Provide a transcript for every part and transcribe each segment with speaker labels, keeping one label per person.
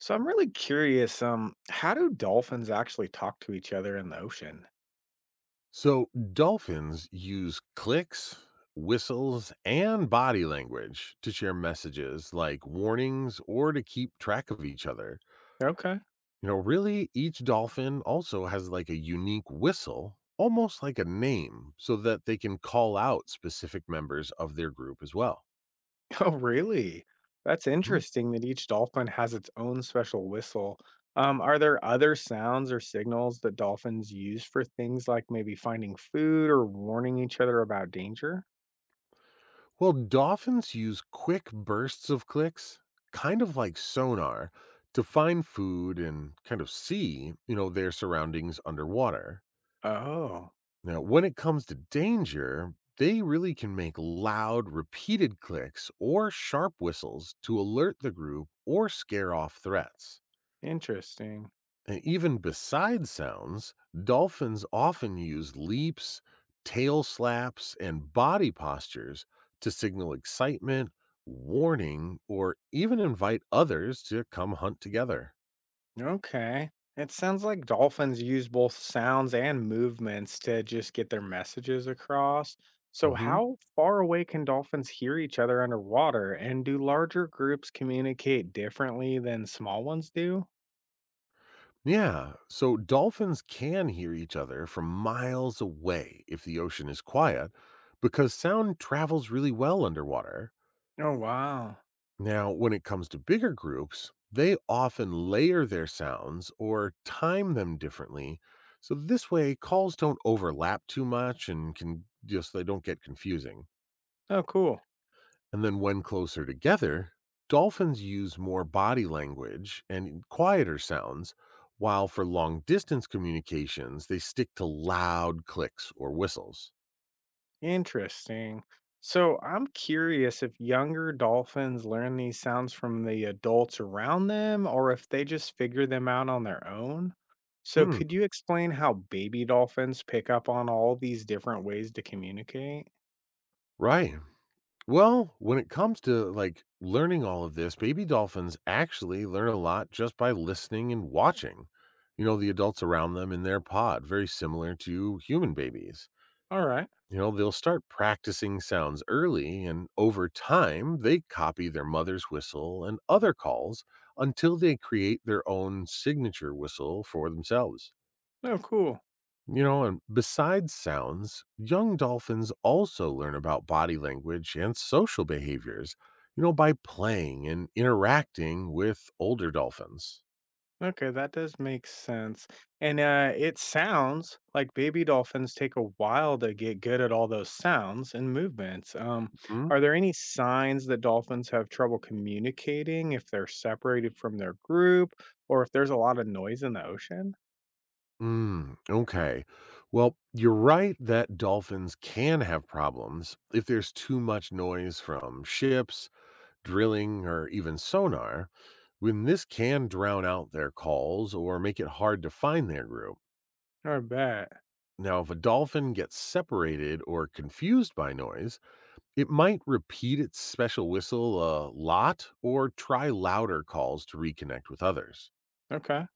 Speaker 1: So I'm really curious. How do dolphins actually talk to each other in the ocean?
Speaker 2: So, dolphins use clicks, whistles, and body language to share messages like warnings or to keep track of each other.
Speaker 1: Okay.
Speaker 2: Really, each dolphin also has like a unique whistle, almost like a name, so that they can call out specific members of their group as well.
Speaker 1: Oh, really? That's
Speaker 2: Mhm.
Speaker 1: interesting that each dolphin has its own special whistle. Are there other sounds or signals that dolphins use for things like maybe finding food or warning each other about danger?
Speaker 2: Well, dolphins use quick bursts of clicks, kind of like sonar, to find food and kind of see, their surroundings underwater.
Speaker 1: Oh,
Speaker 2: Now, when it comes to danger, they really can make loud, repeated clicks or sharp whistles to alert the group or scare off threats.
Speaker 1: interesting.
Speaker 2: And even besides sounds, dolphins often use leaps, tail slaps, and body postures to signal excitement, warning, or even invite others to come hunt together.
Speaker 1: Okay. It sounds like dolphins use both sounds and movements to just get their messages across. So,
Speaker 2: Mhm.
Speaker 1: how far away can dolphins hear each other underwater? And do larger groups communicate differently than small ones do?
Speaker 2: Yeah. So dolphins can hear each other from miles away if the ocean is quiet because sound travels really well underwater.
Speaker 1: Oh, wow.
Speaker 2: Now, when it comes to bigger groups, they often layer their sounds or time them differently. So this way calls don't overlap too much and can just they don't get confusing.
Speaker 1: Oh, cool.
Speaker 2: And then when closer together, dolphins use more body language and quieter sounds, while for long distance communications, they stick to loud clicks or whistles.
Speaker 1: Interesting. So I'm curious if younger dolphins learn these sounds from the adults around them or if they just figure them out on their own. So
Speaker 2: Hmm,
Speaker 1: could you explain how baby dolphins pick up on all these different ways to communicate?
Speaker 2: right. Well, when it comes to like learning all of this, baby dolphins actually learn a lot just by listening and watching, the adults around them in their pod, very similar to human babies.
Speaker 1: All right.
Speaker 2: You know, they'll start practicing sounds early, and over time, they copy their mother's whistle and other calls until they create their own signature whistle for themselves.
Speaker 1: No, cool.
Speaker 2: And besides sounds, young dolphins also learn about body language and social behaviors, by playing and interacting with older dolphins.
Speaker 1: Okay, that does make sense. And it sounds like baby dolphins take a while to get good at all those sounds and movements.
Speaker 2: Mhm.
Speaker 1: Are there any signs that dolphins have trouble communicating if they're separated from their group or if there's a lot of noise in the ocean?
Speaker 2: Okay. Well, you're right that dolphins can have problems if there's too much noise from ships, drilling, or even sonar, when this can drown out their calls or make it hard to find their group.
Speaker 1: I bet.
Speaker 2: Now, if a dolphin gets separated or confused by noise, it might repeat its special whistle a lot or try louder calls to reconnect with others.
Speaker 1: Okay.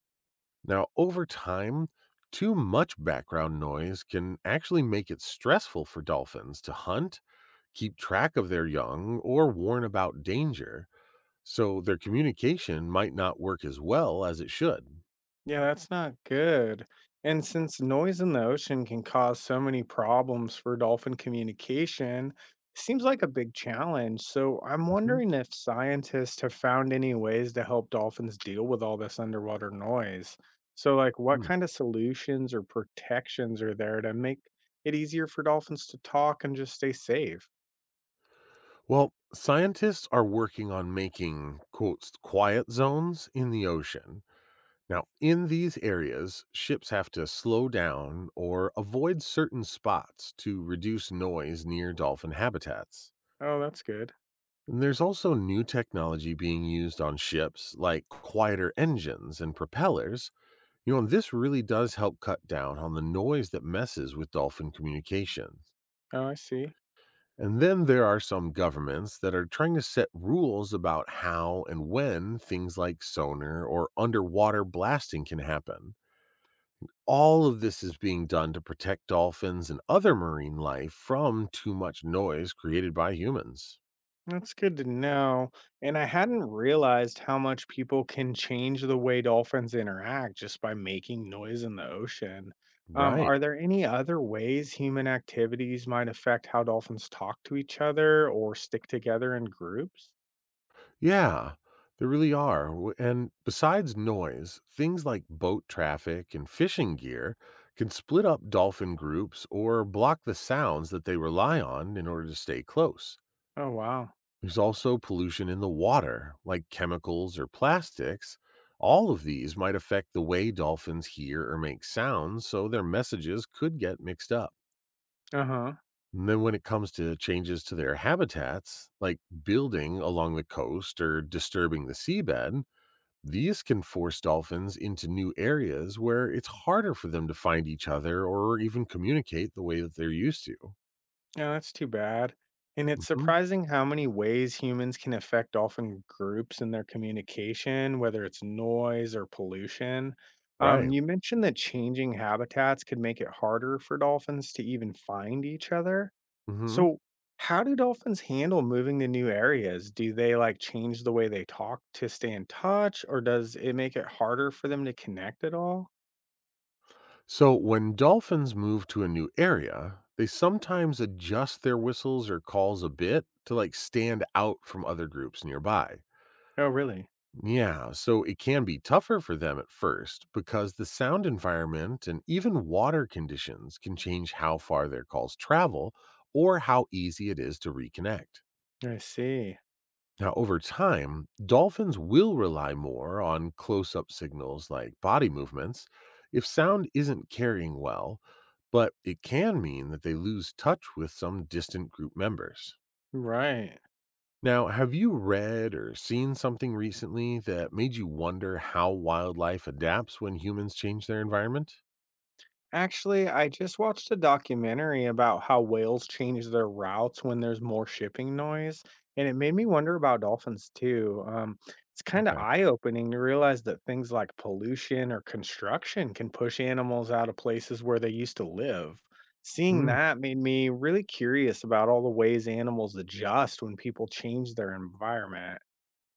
Speaker 2: Now, over time, too much background noise can actually make it stressful for dolphins to hunt, keep track of their young, or warn about danger, so their communication might not work as well as it should.
Speaker 1: Yeah, that's not good. And since noise in the ocean can cause so many problems for dolphin communication, seems like a big challenge. So I'm
Speaker 2: Mhm.
Speaker 1: wondering if scientists have found any ways to help dolphins deal with all this underwater noise. So, like, what
Speaker 2: Mm.
Speaker 1: kind of solutions or protections are there to make it easier for dolphins to talk and just stay safe?
Speaker 2: Well, scientists are working on making, quotes, quiet zones in the ocean. Now, in these areas, ships have to slow down or avoid certain spots to reduce noise near dolphin habitats.
Speaker 1: Oh, that's good.
Speaker 2: And there's also new technology being used on ships, like quieter engines and propellers. And this really does help cut down on the noise that messes with dolphin communications.
Speaker 1: Oh, I see.
Speaker 2: And then there are some governments that are trying to set rules about how and when things like sonar or underwater blasting can happen. All of this is being done to protect dolphins and other marine life from too much noise created by humans.
Speaker 1: That's good to know. And I hadn't realized how much people can change the way dolphins interact just by making noise in the ocean.
Speaker 2: Right.
Speaker 1: Are there any other ways human activities might affect how dolphins talk to each other or stick together in groups?
Speaker 2: Yeah, there really are. And besides noise, things like boat traffic and fishing gear can split up dolphin groups or block the sounds that they rely on in order to stay close.
Speaker 1: Oh, wow.
Speaker 2: There's also pollution in the water, like chemicals or plastics. All of these might affect the way dolphins hear or make sounds, so their messages could get mixed up.
Speaker 1: Uh huh.
Speaker 2: And then when it comes to changes to their habitats, like building along the coast or disturbing the seabed, these can force dolphins into new areas where it's harder for them to find each other or even communicate the way that they're used to.
Speaker 1: Yeah, that's too bad. And it's
Speaker 2: hmm
Speaker 1: surprising how many ways humans can affect dolphin groups in their communication, whether it's noise or pollution.
Speaker 2: Right.
Speaker 1: You mentioned that changing habitats could make it harder for dolphins to even find each other.
Speaker 2: hmm
Speaker 1: So, how do dolphins handle moving to new areas? Do they like change the way they talk to stay in touch, or does it make it harder for them to connect at all?
Speaker 2: So when dolphins move to a new area, they sometimes adjust their whistles or calls a bit to like stand out from other groups nearby.
Speaker 1: Oh, really?
Speaker 2: Yeah, so it can be tougher for them at first because the sound environment and even water conditions can change how far their calls travel or how easy it is to reconnect.
Speaker 1: I see.
Speaker 2: Now, over time, dolphins will rely more on close up signals like body movements if sound isn't carrying well, but it can mean that they lose touch with some distant group members.
Speaker 1: Right.
Speaker 2: Now, have you read or seen something recently that made you wonder how wildlife adapts when humans change their environment?
Speaker 1: Actually, I just watched a documentary about how whales change their routes when there's more shipping noise, and it made me wonder about dolphins too. It's kind of
Speaker 2: Okay.
Speaker 1: eye-opening to realize that things like pollution or construction can push animals out of places where they used to live. Seeing
Speaker 2: Hmm.
Speaker 1: that made me really curious about all the ways animals adjust when people change their environment.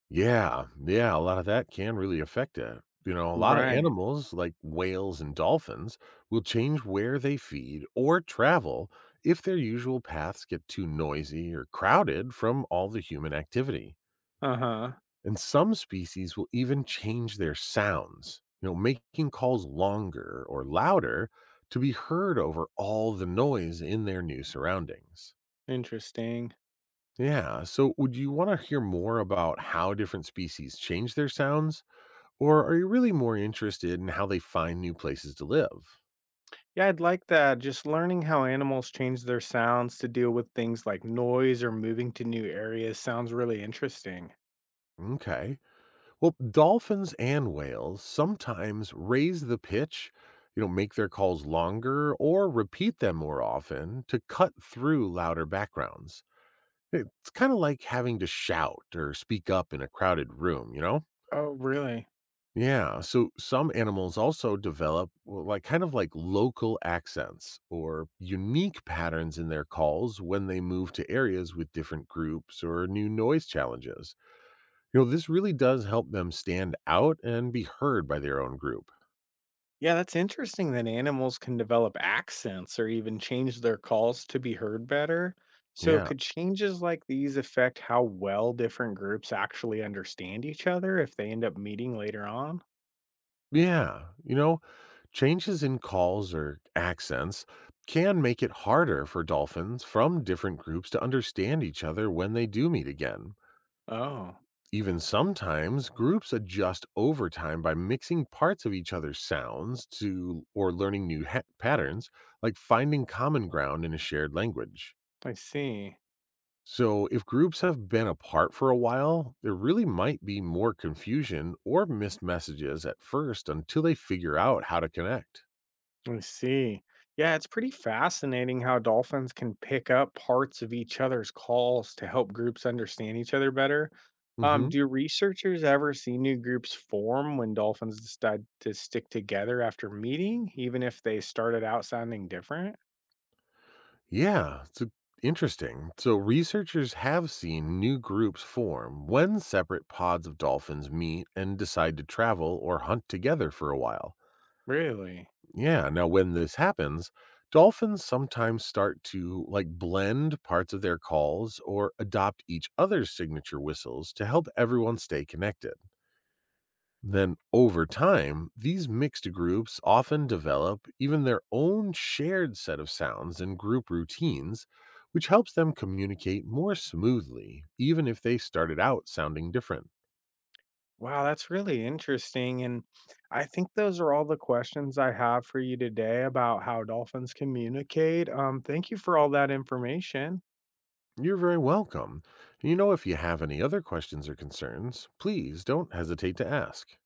Speaker 2: Yeah, a lot of that can really affect it. You know, a lot of
Speaker 1: Right.
Speaker 2: animals like whales and dolphins will change where they feed or travel if their usual paths get too noisy or crowded from all the human activity.
Speaker 1: Uh-huh.
Speaker 2: And some species will even change their sounds, making calls longer or louder to be heard over all the noise in their new surroundings.
Speaker 1: Interesting.
Speaker 2: Yeah, so would you want to hear more about how different species change their sounds? Or are you really more interested in how they find new places to live?
Speaker 1: Yeah, I'd like that. Just learning how animals change their sounds to deal with things like noise or moving to new areas sounds really interesting.
Speaker 2: Okay. Well, dolphins and whales sometimes raise the pitch, make their calls longer or repeat them more often to cut through louder backgrounds. It's kind of like having to shout or speak up in a crowded room, you know?
Speaker 1: Oh, really?
Speaker 2: Yeah, so some animals also develop well, like kind of like local accents or unique patterns in their calls when they move to areas with different groups or new noise challenges. You know, this really does help them stand out and be heard by their own group.
Speaker 1: Yeah, that's interesting that animals can develop accents or even change their calls to be heard better. So,
Speaker 2: Yeah.
Speaker 1: could changes like these affect how well different groups actually understand each other if they end up meeting later on?
Speaker 2: Yeah. Changes in calls or accents can make it harder for dolphins from different groups to understand each other when they do meet again.
Speaker 1: Oh,
Speaker 2: Even sometimes, groups adjust over time by mixing parts of each other's sounds to or learning patterns, like finding common ground in a shared language.
Speaker 1: I see.
Speaker 2: So, if groups have been apart for a while, there really might be more confusion or missed messages at first until they figure out how to connect.
Speaker 1: I see. Yeah, it's pretty fascinating how dolphins can pick up parts of each other's calls to help groups understand each other better.
Speaker 2: Mhm.
Speaker 1: Do researchers ever see new groups form when dolphins decide to stick together after meeting, even if they started out sounding different?
Speaker 2: Yeah, it's a- Interesting. So, researchers have seen new groups form when separate pods of dolphins meet and decide to travel or hunt together for a while.
Speaker 1: Really?
Speaker 2: Yeah, now when this happens, dolphins sometimes start to like blend parts of their calls or adopt each other's signature whistles to help everyone stay connected. Then over time, these mixed groups often develop even their own shared set of sounds and group routines, which helps them communicate more smoothly, even if they started out sounding different.
Speaker 1: Wow, that's really interesting. And I think those are all the questions I have for you today about how dolphins communicate. Thank you for all that information.
Speaker 2: You're very welcome. You know, if you have any other questions or concerns, please don't hesitate to ask.